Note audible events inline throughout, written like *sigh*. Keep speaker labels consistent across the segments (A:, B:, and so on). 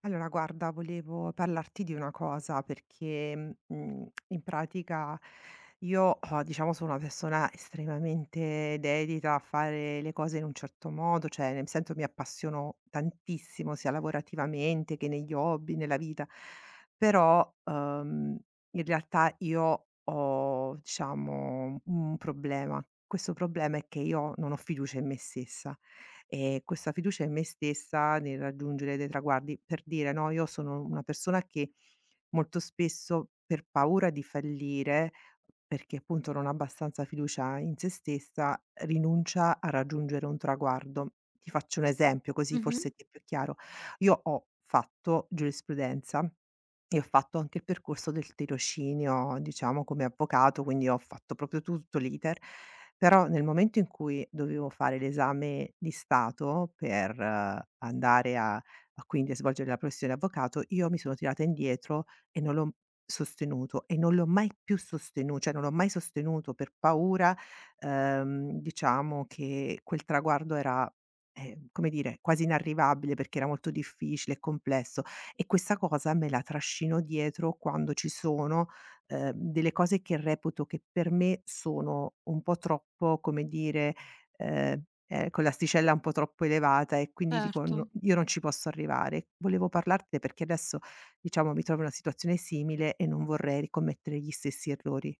A: Allora, guarda, volevo parlarti di una cosa perché, in pratica io, diciamo sono una persona estremamente dedita a fare le cose in un certo modo, cioè nel senso mi appassiono tantissimo sia lavorativamente che negli hobby, nella vita. Però, in realtà io ho diciamo un problema. Questo problema è che io non ho fiducia in me stessa questa fiducia in me stessa nel raggiungere dei traguardi. Per dire, no, io sono una persona che molto spesso per paura di fallire, perché appunto non ha abbastanza fiducia in se stessa, rinuncia a raggiungere un traguardo. Ti faccio un esempio così
B: Mh-mh,
A: forse ti è più chiaro. Io ho fatto giurisprudenza, io ho fatto anche il percorso del tirocinio, diciamo, come avvocato, quindi ho fatto proprio tutto l'iter, però nel momento in cui dovevo fare l'esame di Stato per andare a quindi a svolgere la professione di avvocato, io mi sono tirata indietro e non l'ho sostenuto e non l'ho mai più sostenu cioè non l'ho mai sostenuto per paura, diciamo, che quel traguardo era, come dire, quasi inarrivabile perché era molto difficile e complesso. E questa cosa me la trascino dietro quando ci sono, delle cose che reputo che per me sono un po' troppo, come dire, con l'asticella un po' troppo elevata e quindi dico:
B: certo.
A: "No, io non ci posso arrivare". Volevo parlartene perché adesso, diciamo, mi trovo in una situazione simile e non vorrei ricommettere gli stessi errori.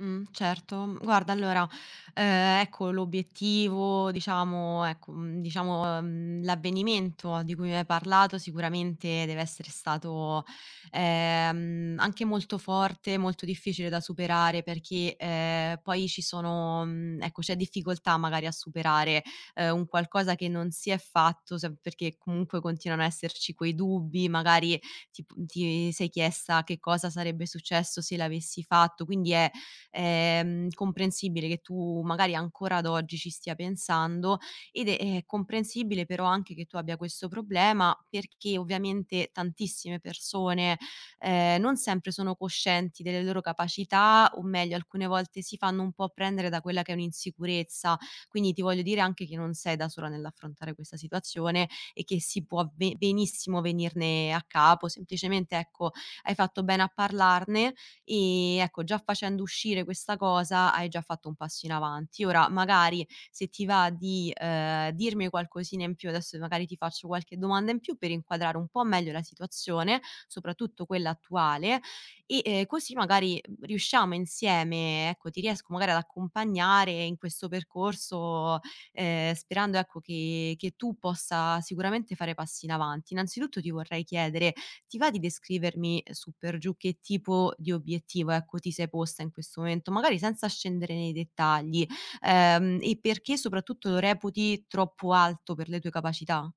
B: Certo. Mm, guarda allora, ecco l'obiettivo, diciamo ecco, diciamo, l'avvenimento di cui mi hai parlato sicuramente deve essere stato, anche molto forte, molto difficile da superare perché, poi ci sono ecco c'è difficoltà magari a superare, un qualcosa che non si è fatto sem perché comunque continuano a esserci quei dubbi, magari ti sei chiesta che cosa sarebbe successo se l'avessi fatto, quindi è comprensibile che tu magari ancora ad oggi ci stia pensando ed è comprensibile però anche che tu abbia questo problema perché ovviamente tantissime persone, non sempre sono coscienti delle loro capacità o meglio alcune volte si fanno un po' prendere da quella che è un'insicurezza. Quindi ti voglio dire anche che non sei da sola nell'affrontare questa situazione e che si può be benissimo venirne a capo, semplicemente ecco hai fatto bene a parlarne. Ecco, già facendo uscire questa cosa hai già fatto un passo in avanti. Ora magari se ti va di, dirmi qualcosina in più, adesso magari ti faccio qualche domanda in più per inquadrare un po' meglio la situazione, soprattutto quella attuale, e, così magari riusciamo insieme ecco, ti riesco magari ad accompagnare in questo percorso, sperando ecco che tu possa sicuramente fare passi in avanti. Innanzitutto ti vorrei chiedere ti va di descrivermi su per giù che tipo di obiettivo, ecco, ti sei posta in questo momento, magari senza scendere nei dettagli, e perché soprattutto lo reputi troppo alto per le tue capacità?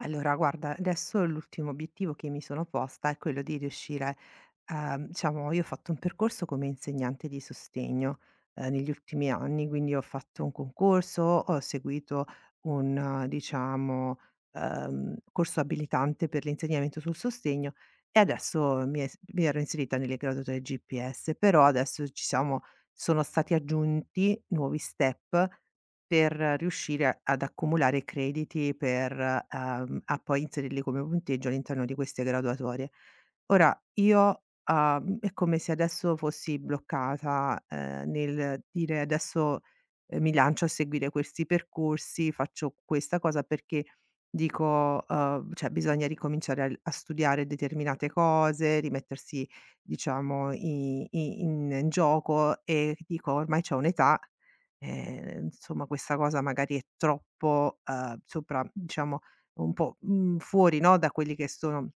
A: Allora guarda, adesso l'ultimo obiettivo che mi sono posta è quello di riuscire a diciamo io ho fatto un percorso come insegnante di sostegno, negli ultimi anni, quindi ho fatto un concorso, ho seguito un diciamo, corso abilitante per l'insegnamento sul sostegno e adesso mi ero inserita nelle graduatorie GPS, però adesso ci siamo sono stati aggiunti nuovi step per riuscire a ad accumulare crediti per, a poi inserirli come punteggio all'interno di queste graduatorie. Ora io, è come se adesso fossi bloccata, nel dire: "Adesso, mi lancio a seguire questi percorsi, faccio questa cosa", perché dico, cioè bisogna ricominciare al a studiare determinate cose, rimettersi diciamo i in gioco e dico: "Ormai c'ho un'età, insomma questa cosa magari è troppo, sopra diciamo un po', fuori, no, da quelli che sono".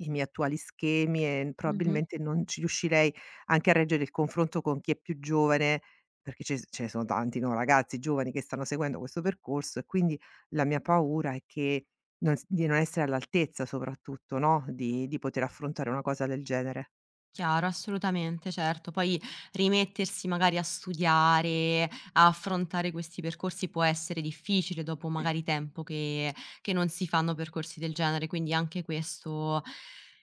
A: I miei attuali schemi e
B: Mh-mh.
A: probabilmente non ci riuscirei anche a reggere il confronto con chi è più giovane, perché ce ne sono tanti, no, ragazzi giovani che stanno seguendo questo percorso e quindi la mia paura è che non s di non essere all'altezza soprattutto, no, di poter affrontare una cosa del genere.
B: Chiaro, assolutamente, certo. Poi rimettersi magari a studiare, a affrontare questi percorsi può essere difficile dopo magari tempo che non si fanno percorsi del genere, quindi anche questo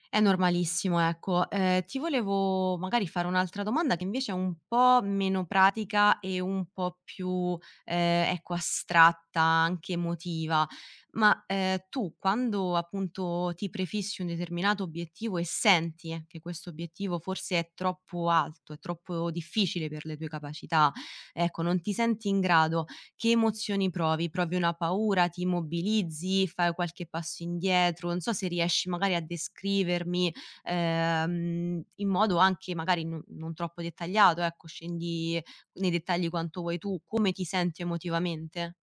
B: è normalissimo, ecco. Ti volevo magari fare un'altra domanda che invece è un po' meno pratica e un po' più, ecco, astratta, anche emotiva. Ma, tu quando appunto ti prefissi un determinato obiettivo e senti che questo obiettivo forse è troppo alto, è troppo difficile per le tue capacità, ecco, non ti senti in grado, che emozioni provi? Provi una paura, ti immobilizzi, fai qualche passo indietro? Non so se riesci magari a descrivermi, in modo anche magari non troppo dettagliato, ecco, scendi nei dettagli quanto vuoi tu, come ti senti emotivamente?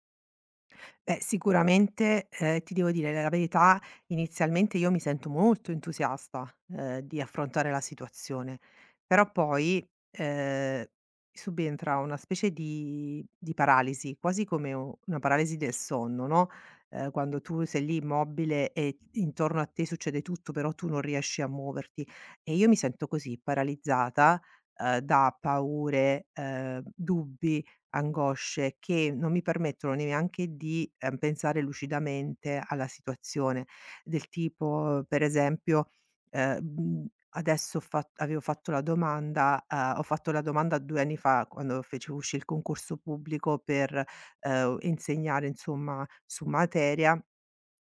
A: Beh, sicuramente, ti devo dire la verità, inizialmente io mi sento molto entusiasta, di affrontare la situazione, però poi, ehm, subentra una specie di paralisi, quasi come u una paralisi del sonno, no, quando tu sei lì immobile e intorno a te succede tutto, però tu non riesci a muoverti. E io mi sento così, paralizzata, da paure, dubbi, angosce che non mi permettono neanche di, pensare lucidamente alla situazione, del tipo per esempio, ehm, mhmm, adesso ho fa avevo fatto la domanda ho fatto la domanda 2 anni fa quando feci uscì il concorso pubblico per, insegnare insomma su materia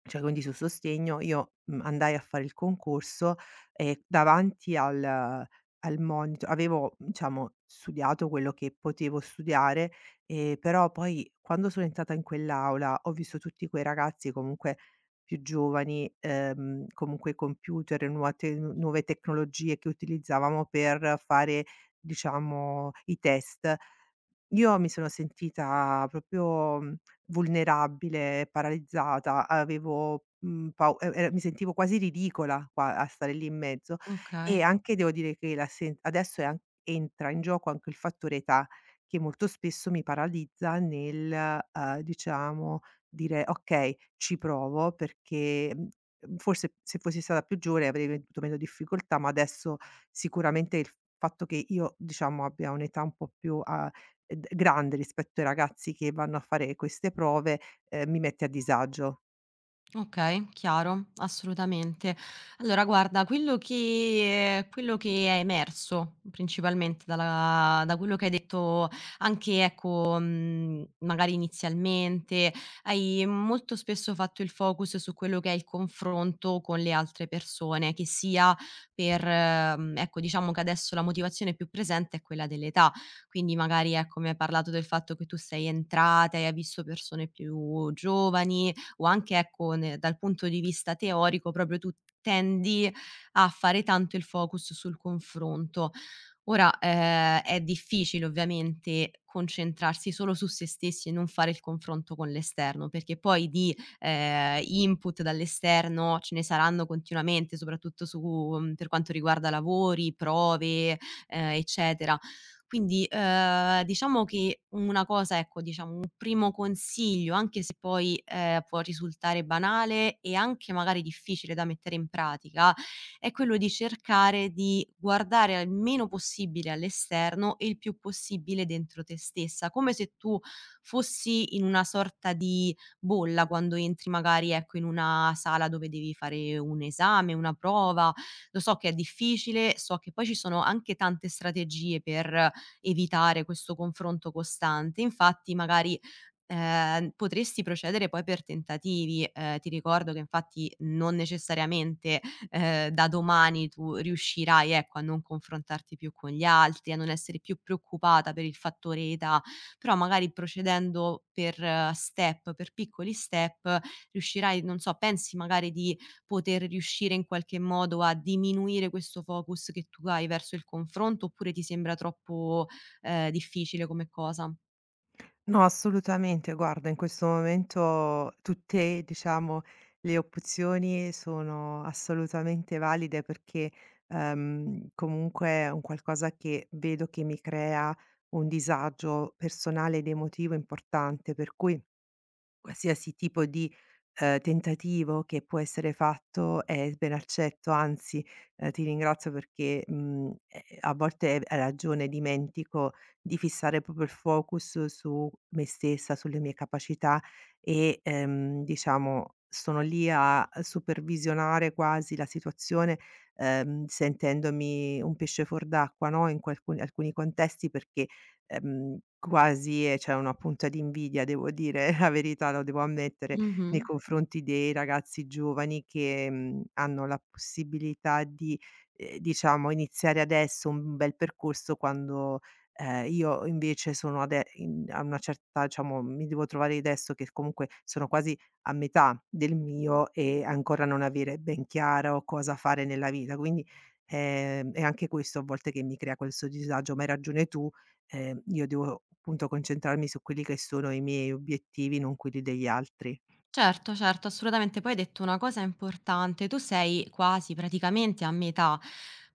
A: cioè quindi su sostegno io, andai a fare il concorso e davanti al monitor avevo, diciamo, studiato quello che potevo studiare, però poi quando sono entrata in quell'aula ho visto tutti quei ragazzi comunque più giovani, comunque computer e nuova te nuove tecnologie che utilizzavamo per fare, diciamo, i test. Io mi sono sentita proprio, vulnerabile, paralizzata, avevo, pau e mi sentivo quasi ridicola qua a stare lì in mezzo e
B: Okay.
A: anche devo dire che la sen adesso è an entra in gioco anche il fattore età, che molto spesso mi paralizza nel, diciamo dire: "Okay, ci provo", perché, forse se fossi stata più giovane avrei avuto meno difficoltà, ma adesso sicuramente il fatto che io, diciamo, abbia un'età un po' più a d grande rispetto ai ragazzi che vanno a fare queste prove, mi mette a disagio.
B: Okay, chiaro, assolutamente. Allora guarda, quello che è emerso principalmente dalla da quello che hai detto anche, ecco, magari inizialmente, hai molto spesso fatto il focus su quello che è il confronto con le altre persone, che sia per ecco, diciamo che adesso la motivazione più presente è quella dell'età, quindi magari, ecco, mi hai parlato del fatto che tu sei entrata e hai visto persone più giovani, o anche ecco ne dal punto di vista teorico proprio tu tendi a fare tanto il focus sul confronto. Ora, è difficile ovviamente concentrarsi solo su se stessi e non fare il confronto con l'esterno, perché poi di, input dall'esterno ce ne saranno continuamente, soprattutto su per quanto riguarda lavori, prove, eccetera. Quindi, diciamo che una cosa ecco, diciamo un primo consiglio, anche se poi, può risultare banale e anche magari difficile da mettere in pratica, è quello di cercare di guardare al meno possibile all'esterno e il più possibile dentro te stessa, come se tu fossi in una sorta di bolla quando entri magari, ecco, in una sala dove devi fare un esame, una prova. Lo so che è difficile, so che poi ci sono anche tante strategie per evitare questo confronto costante. Infatti magari, potresti procedere poi per tentativi. Ti ricordo che infatti non necessariamente da domani tu riuscirai, ecco, a non confrontarti più con gli altri, a non essere più preoccupata per il fattore età, però magari procedendo per step, per piccoli step, riuscirai non so, pensi magari di poter riuscire in qualche modo a diminuire questo focus che tu hai verso il confronto, oppure ti sembra troppo, difficile come cosa?
A: No, assolutamente. Guarda, in questo momento tutte, diciamo, le opzioni sono assolutamente valide perché, comunque è un qualcosa che vedo che mi crea un disagio personale ed emotivo importante, per cui qualsiasi tipo di, tentativo che può essere fatto è ben accetto, anzi, ti ringrazio perché, a volte hai ragione, dimentico di fissare proprio il focus su me stessa, sulle mie capacità e, diciamo sono lì a supervisionare quasi la situazione, sentendomi un pesce fuor d'acqua, no, in qualcu alcuni contesti perché quasi c'è una punta di invidia, devo dire *laughs* la verità, lo devo ammettere,
B: Mh-mh.
A: nei confronti dei ragazzi giovani che, hanno la possibilità di, diciamo iniziare adesso un bel percorso quando, io invece sono ade in a una certa diciamo mi devo trovare adesso che comunque sono quasi a metà del mio e ancora non avere ben chiaro cosa fare nella vita. Quindi, è anche questo a volte che mi crea questo disagio, ma hai ragione tu. Io devo appunto concentrarmi su quelli che sono i miei obiettivi, non quelli degli altri.
B: Certo, certo, assolutamente. Poi hai detto una cosa importante, tu sei quasi praticamente a metà,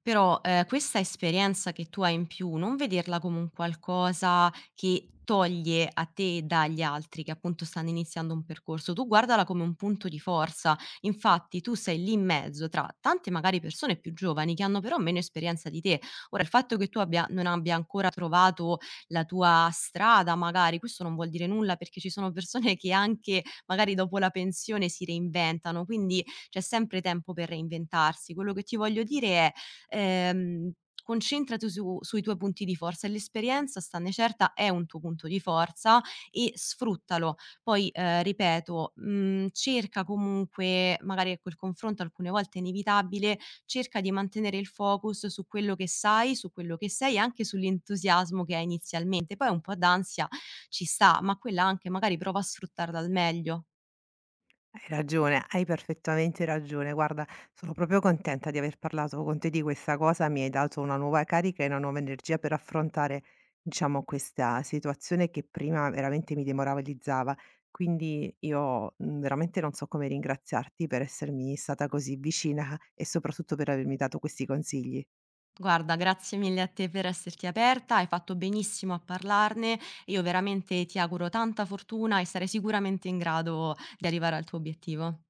B: però questa esperienza che tu hai in più, non vederla come un qualcosa che toglie a te dagli altri che appunto stanno iniziando un percorso, tu guardala come un punto di forza. Infatti tu sei lì in mezzo tra tante magari persone più giovani che hanno però meno esperienza di te. Ora il fatto che tu abbia, non abbia ancora trovato la tua strada, magari questo non vuol dire nulla perché ci sono persone che anche magari dopo la pensione si reinventano, quindi c'è sempre tempo per reinventarsi. Quello che ti voglio dire è, concentrati su sui tuoi punti di forza e l'esperienza, stanne certa, è un tuo punto di forza e sfruttalo. Poi, ripeto, cerca comunque, magari ecco il confronto alcune volte è inevitabile, cerca di mantenere il focus su quello che sai, su quello che sei e anche sull'entusiasmo che hai inizialmente. Poi un po' d'ansia ci sta, ma quella anche magari prova a sfruttarla al meglio.
A: Hai ragione, hai perfettamente ragione. Guarda, sono proprio contenta di aver parlato con te di questa cosa, mi hai dato una nuova carica e una nuova energia per affrontare, diciamo, questa situazione che prima veramente mi demoralizzava. Quindi io, veramente non so come ringraziarti per essermi stata così vicina e soprattutto per avermi dato questi consigli.
B: Guarda, grazie mille a te per esserti aperta, hai fatto benissimo a parlarne. Io veramente ti auguro tanta fortuna e sarai sicuramente in grado di arrivare al tuo obiettivo.